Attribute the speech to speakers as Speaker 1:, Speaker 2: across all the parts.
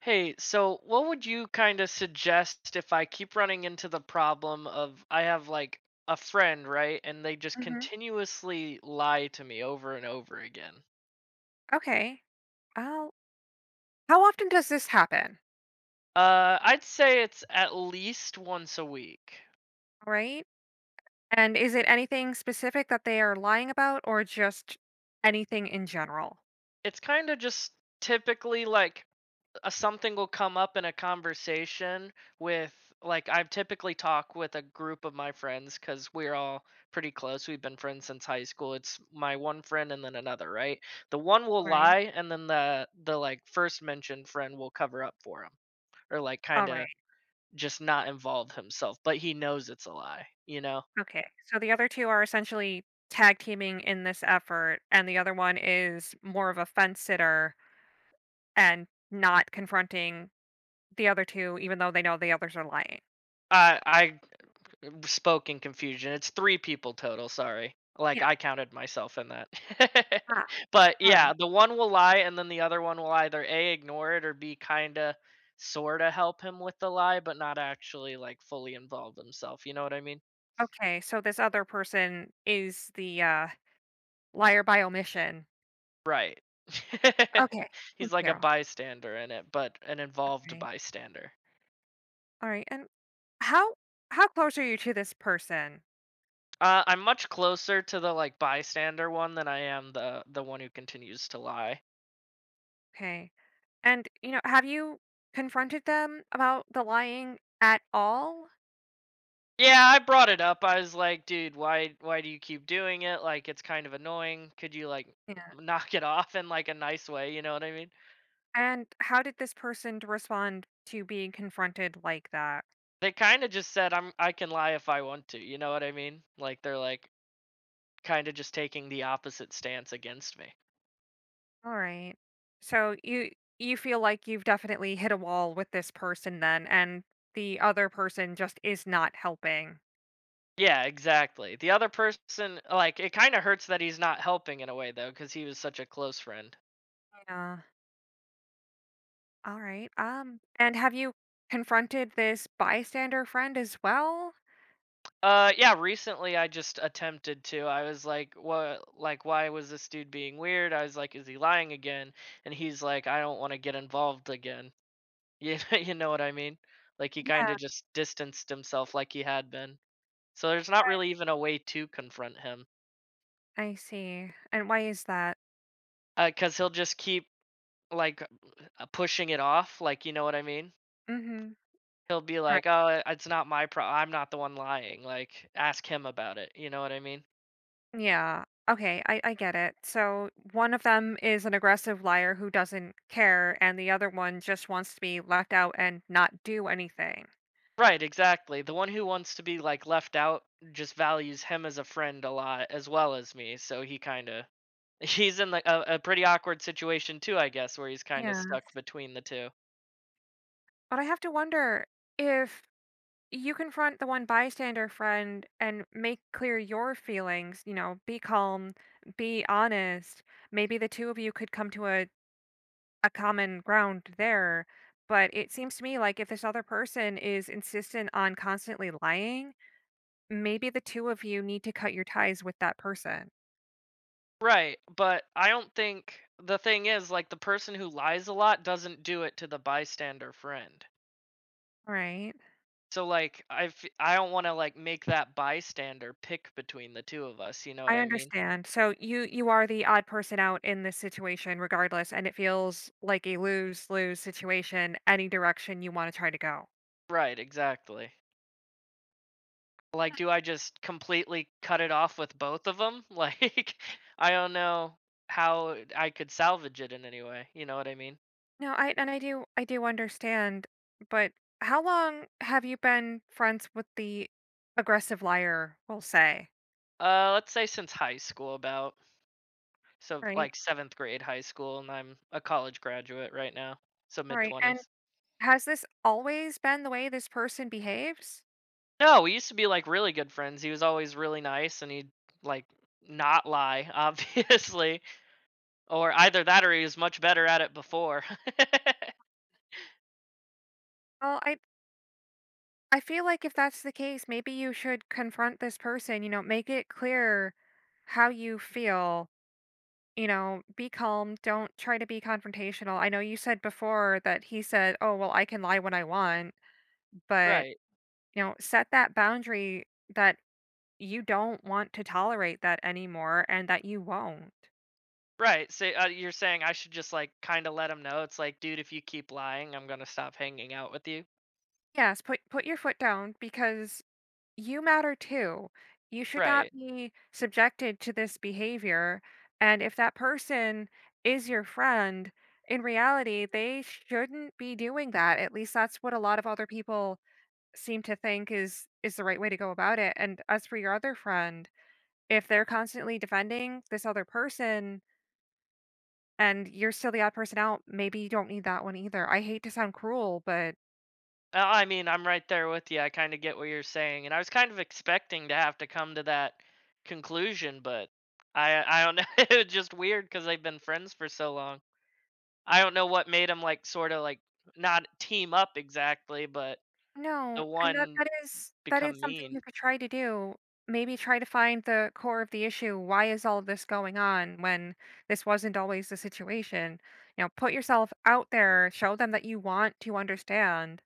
Speaker 1: Hey, so what would you kind of suggest if I keep running into the problem of I have like a friend, right? And they just
Speaker 2: Mhm.
Speaker 1: continuously lie to me over and over again?
Speaker 2: Okay. Oh, how often does this happen?
Speaker 1: I'd say it's at least once a week.
Speaker 2: All right. And is it anything specific that they are lying about or just anything in general?
Speaker 1: It's kind of just typically like something will come up in a conversation with like I've typically talk with a group of my friends cuz we're all pretty close. We've been friends since high school. It's my one friend and then another, right? The one
Speaker 2: All
Speaker 1: will
Speaker 2: right.
Speaker 1: lie and then the like first mentioned friend will cover up for him or like
Speaker 2: All
Speaker 1: kind
Speaker 2: right.
Speaker 1: of just not involve himself, but he knows it's a lie, you know?
Speaker 2: Okay. So the other two are essentially tag teaming in this effort, and the other one is more of a fence sitter and not confronting the other two, even though they know the others are lying.
Speaker 1: I spoke in confusion. It's three people total. Sorry, like
Speaker 2: Yeah.
Speaker 1: I counted myself in that.
Speaker 2: Ah,
Speaker 1: But
Speaker 2: all
Speaker 1: yeah,
Speaker 2: right.
Speaker 1: the one will lie, and then the other one will either a ignore it or b kinda sorta help him with the lie, but not actually like fully involve himself. You know what I mean?
Speaker 2: Okay. So this other person is the liar by omission.
Speaker 1: Right.
Speaker 2: Okay.
Speaker 1: He's
Speaker 2: Thank
Speaker 1: like a
Speaker 2: you.
Speaker 1: bystander in it, but an involved
Speaker 2: Right.
Speaker 1: bystander.
Speaker 2: All right. And how how close are you to this person?
Speaker 1: I'm much closer to the like bystander one than I am the one who continues to lie.
Speaker 2: Okay. And you know, have you confronted them about the lying at all?
Speaker 1: Yeah, I brought it up. I was like, dude, why do you keep doing it? Like it's kind of annoying. Could you like
Speaker 2: Yeah.
Speaker 1: knock it off in like a nice way, you know what I mean?
Speaker 2: And how did this person d- respond to being confronted like that?
Speaker 1: They kind of just said I can lie if I want to, you know what I mean? Like they're like kind of just taking the opposite stance against me.
Speaker 2: All right. So you feel like you've definitely hit a wall with this person then and the other person just is not helping.
Speaker 1: Yeah, exactly. The other person like it kind of hurts that he's not helping in a way though cuz he was such a close friend.
Speaker 2: Yeah. All right. And have you confronted this bystander friend as well?
Speaker 1: Yeah, recently I just attempted to. I was like, "What? Like, why was this dude being weird?" I was like, "Is he lying again?" And he's like, "I don't want to get involved again." You know what I mean? Like he kind
Speaker 2: Yeah.
Speaker 1: of just distanced himself, like he had been. So there's not really even a way to confront him,
Speaker 2: I see. And why is that?
Speaker 1: because he'll just keep like pushing it off. Like you know what I mean?
Speaker 2: Mhm.
Speaker 1: He'll be
Speaker 2: Right.
Speaker 1: like, "Oh, it's not my problem. I'm not the one lying." Like, ask him about it. You know what I mean?
Speaker 2: Yeah. Okay, I get it. So one of them is an aggressive liar who doesn't care and the other one just wants to be left out and not do anything.
Speaker 1: Right, exactly. The one who wants to be like left out just values him as a friend a lot as well as me. So he kind of he's in like a pretty awkward situation too, I guess, where he's kind of
Speaker 2: Yeah.
Speaker 1: stuck between the two.
Speaker 2: But I have to wonder if you confront the one bystander friend and make clear your feelings, you know, be calm, be honest. Maybe the two of you could come to a common ground there. But it seems to me like if this other person is insistent on constantly lying, maybe the two of you need to cut your ties with that person,
Speaker 1: Right, but I don't think the thing is like the person who lies a lot doesn't do it to the bystander friend.
Speaker 2: right?
Speaker 1: So like I don't want to like make that bystander pick between the two of us, you know what
Speaker 2: I
Speaker 1: I mean?
Speaker 2: understand. So you are the odd person out in this situation regardless, and it feels like a lose-lose situation any direction you want to try to go.
Speaker 1: Right, exactly. Like, do I just completely cut it off with both of them? Like, I don't know how I could salvage it in any way. You know what I mean?
Speaker 2: No, I do understand, but how long have you been friends with the aggressive liar, we'll say,
Speaker 1: Let's say since high school, about so
Speaker 2: right?
Speaker 1: like seventh grade high school, and I'm a college graduate right now, so
Speaker 2: All
Speaker 1: mid
Speaker 2: right. And
Speaker 1: twenties.
Speaker 2: has this always been the way this person behaves?
Speaker 1: No, we used to be like really good friends. He was always really nice, and he'd like not lie, obviously, or either that or he was much better at it before.
Speaker 2: Well, I feel like if that's the case, maybe you should confront this person, you know, make it clear how you feel, you know, be calm, don't try to be confrontational. I know you said before that he said, "Oh, well, I can lie when I want," but,
Speaker 1: Right.
Speaker 2: you know, set that boundary that you don't want to tolerate that anymore and that you won't.
Speaker 1: Right. So you're saying I should just like kind of let him know. It's like, dude, if you keep lying, I'm gonna stop hanging out with you.
Speaker 2: Yes, put your foot down because you matter too. You should not
Speaker 1: Right.
Speaker 2: be subjected to this behavior. And if that person is your friend, in reality, they shouldn't be doing that. At least that's what a lot of other people seem to think is the right way to go about it. And as for your other friend, if they're constantly defending this other person and you're still the odd person out, maybe you don't need that one either. I hate to sound cruel, but
Speaker 1: I mean, I'm right there with you. I kind of get what you're saying, and I was kind of expecting to have to come to that conclusion, but I don't know. It was just weird because they've been friends for so long. I don't know what made them like sort of like not team up exactly, but the
Speaker 2: no, and that
Speaker 1: one
Speaker 2: that is that is
Speaker 1: become
Speaker 2: something
Speaker 1: mean.
Speaker 2: you could try to do. Maybe try to find the core of the issue. Why is all this going on when this wasn't always the situation? You know, put yourself out there, show them that you want to understand,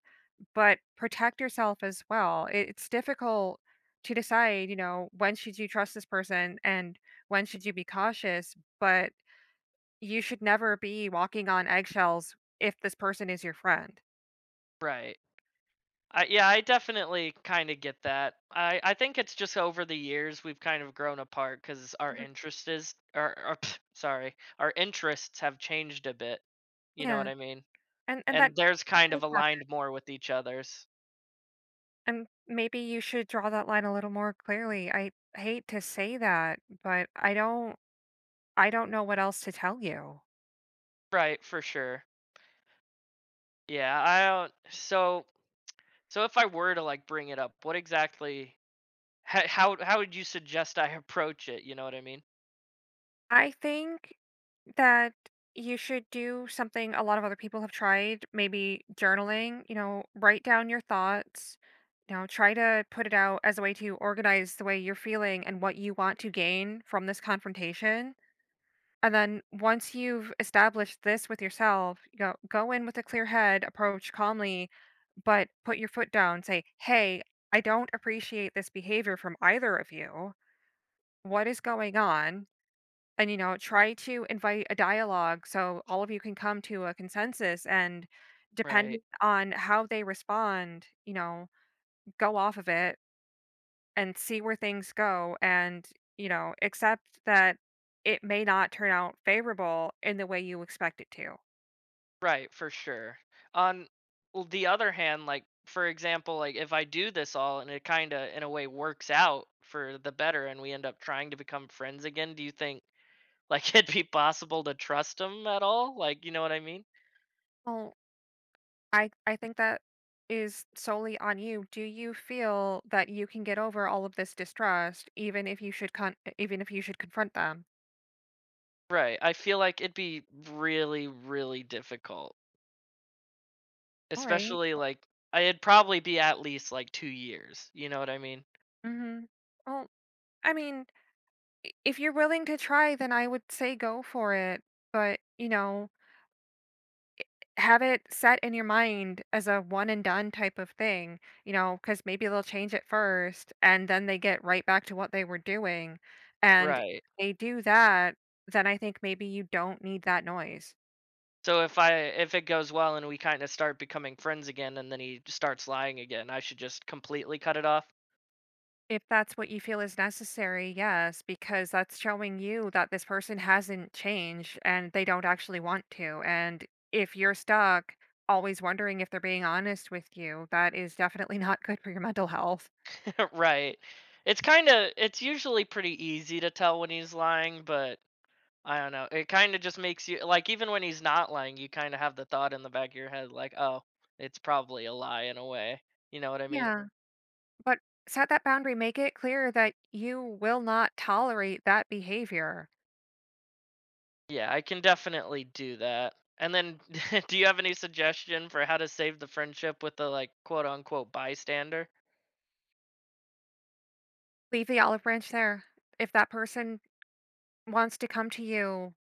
Speaker 2: but protect yourself as well. It's difficult to decide, you know, when should you trust this person and when should you be cautious, but you should never be walking on eggshells if this person is your friend.
Speaker 1: Right. Yeah, I definitely kind of get that. I think it's just over the years we've kind of grown apart because our
Speaker 2: Mhm.
Speaker 1: interest is, or sorry, our interests have changed a bit. You know what
Speaker 2: Yeah,
Speaker 1: I mean?
Speaker 2: and that
Speaker 1: And theirs
Speaker 2: that
Speaker 1: kind
Speaker 2: does
Speaker 1: of
Speaker 2: happen,
Speaker 1: aligned more with each other's.
Speaker 2: and maybe you should draw that line a little more clearly. I hate to say that, but I don't know what else to tell you.
Speaker 1: Right, for sure. Yeah, I don't. So, if I were to like bring it up, what exactly? How would you suggest I approach it? You know what I mean?
Speaker 2: I think that you should do something a lot of other people have tried, maybe journaling, you know, write down your thoughts, you know, try to put it out as a way to organize the way you're feeling and what you want to gain from this confrontation. And then once you've established this with yourself, you go in with a clear head, approach calmly, but put your foot down, say, "Hey, I don't appreciate this behavior from either of you. What is going on?" And you know, try to invite a dialogue so all of you can come to a consensus and,
Speaker 1: Right.
Speaker 2: depending on how they respond, you know, go off of it and see where things go and, you know, accept that it may not turn out favorable in the way you expect it to.
Speaker 1: Right, for sure. On the other hand, like for example, like if I do this all and it kind of in a way works out for the better and we end up trying to become friends again, do you think like it'd be possible to trust him at all? Like, you know what I mean?
Speaker 2: Well, I think that is solely on you. Do you feel that you can get over all of this distrust even if you should even if you should confront them?
Speaker 1: Right. I feel like it'd be really really difficult.
Speaker 2: All right.
Speaker 1: Especially like I'd probably be at least like 2 years, you know what I mean?
Speaker 2: Mhm. Well, I mean, if you're willing to try, then I would say go for it. But, you know, have it set in your mind as a one and done type of thing, you know, because maybe they'll change it first and then they get right back to what they were doing. And if
Speaker 1: Right.
Speaker 2: they do that, then I think maybe you don't need that noise.
Speaker 1: So if it goes well and we kind of start becoming friends again and then he starts lying again, I should just completely cut it off.
Speaker 2: If that's what you feel is necessary, yes, because that's showing you that this person hasn't changed and they don't actually want to. And if you're stuck always wondering if they're being honest with you, that is definitely not good for your mental health.
Speaker 1: Right. It's usually pretty easy to tell when he's lying, but I don't know. It kind of just makes you like even when he's not lying, you kind of have the thought in the back of your head like, "Oh, it's probably a lie in a way." You know what I mean?
Speaker 2: Yeah, but set that boundary. Make it clear that you will not tolerate that behavior.
Speaker 1: Yeah, I can definitely do that. And then do you have any suggestion for how to save the friendship with the like quote unquote bystander?
Speaker 2: Leave the olive branch there. If that person wants to come to you,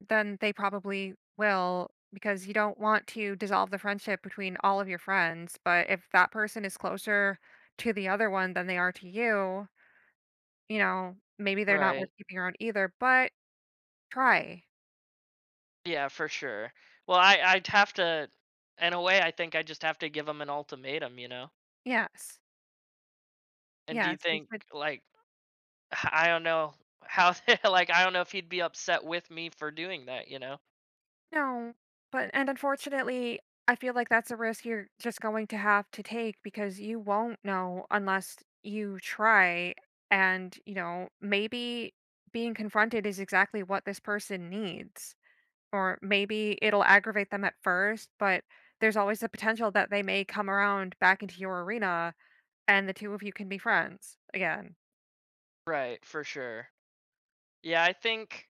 Speaker 2: then they probably will, because you don't want to dissolve the friendship between all of your friends, but if that person is closer to the other one than they are to you, you know, maybe they're not worth
Speaker 1: Right.
Speaker 2: keeping around either, but try.
Speaker 1: Yeah, for sure. Well, I'd have to in a way I think I just have to give him an ultimatum, you know.
Speaker 2: Yes.
Speaker 1: And do you
Speaker 2: Yes, you
Speaker 1: think
Speaker 2: said
Speaker 1: like I don't know how like I don't know if he'd be upset with me for doing that, you know.
Speaker 2: no, but and unfortunately, I feel like that's a risk you're just going to have to take because you won't know unless you try and, you know, maybe being confronted is exactly what this person needs or maybe it'll aggravate them at first, but there's always the potential that they may come around back into your arena and the two of you can be friends again.
Speaker 1: Right, for sure. Yeah, I think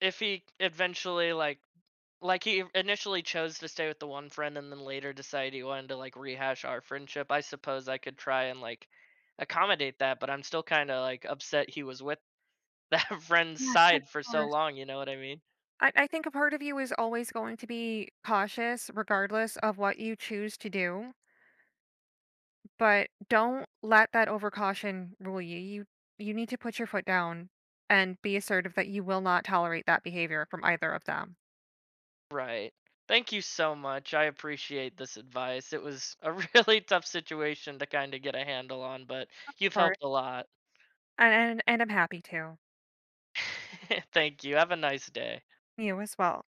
Speaker 1: if he eventually like he initially chose to stay with the one friend and then later decided he wanted to like rehash our friendship, I suppose I could try and like accommodate that, but I'm still kind of like upset he was with that friend's
Speaker 2: Yes, of
Speaker 1: side for so
Speaker 2: course.
Speaker 1: long, you know what I mean?
Speaker 2: I think a part of you is always going to be cautious regardless of what you choose to do, but don't let that overcaution rule you. You need to put your foot down and be assertive that you will not tolerate that behavior from either of them.
Speaker 1: Right. Thank you so much. I appreciate this advice. It was a really tough situation to kind of get a handle on, but you've
Speaker 2: Or
Speaker 1: helped a lot.
Speaker 2: and I'm happy to.
Speaker 1: Thank you. Have a nice day.
Speaker 2: You as well.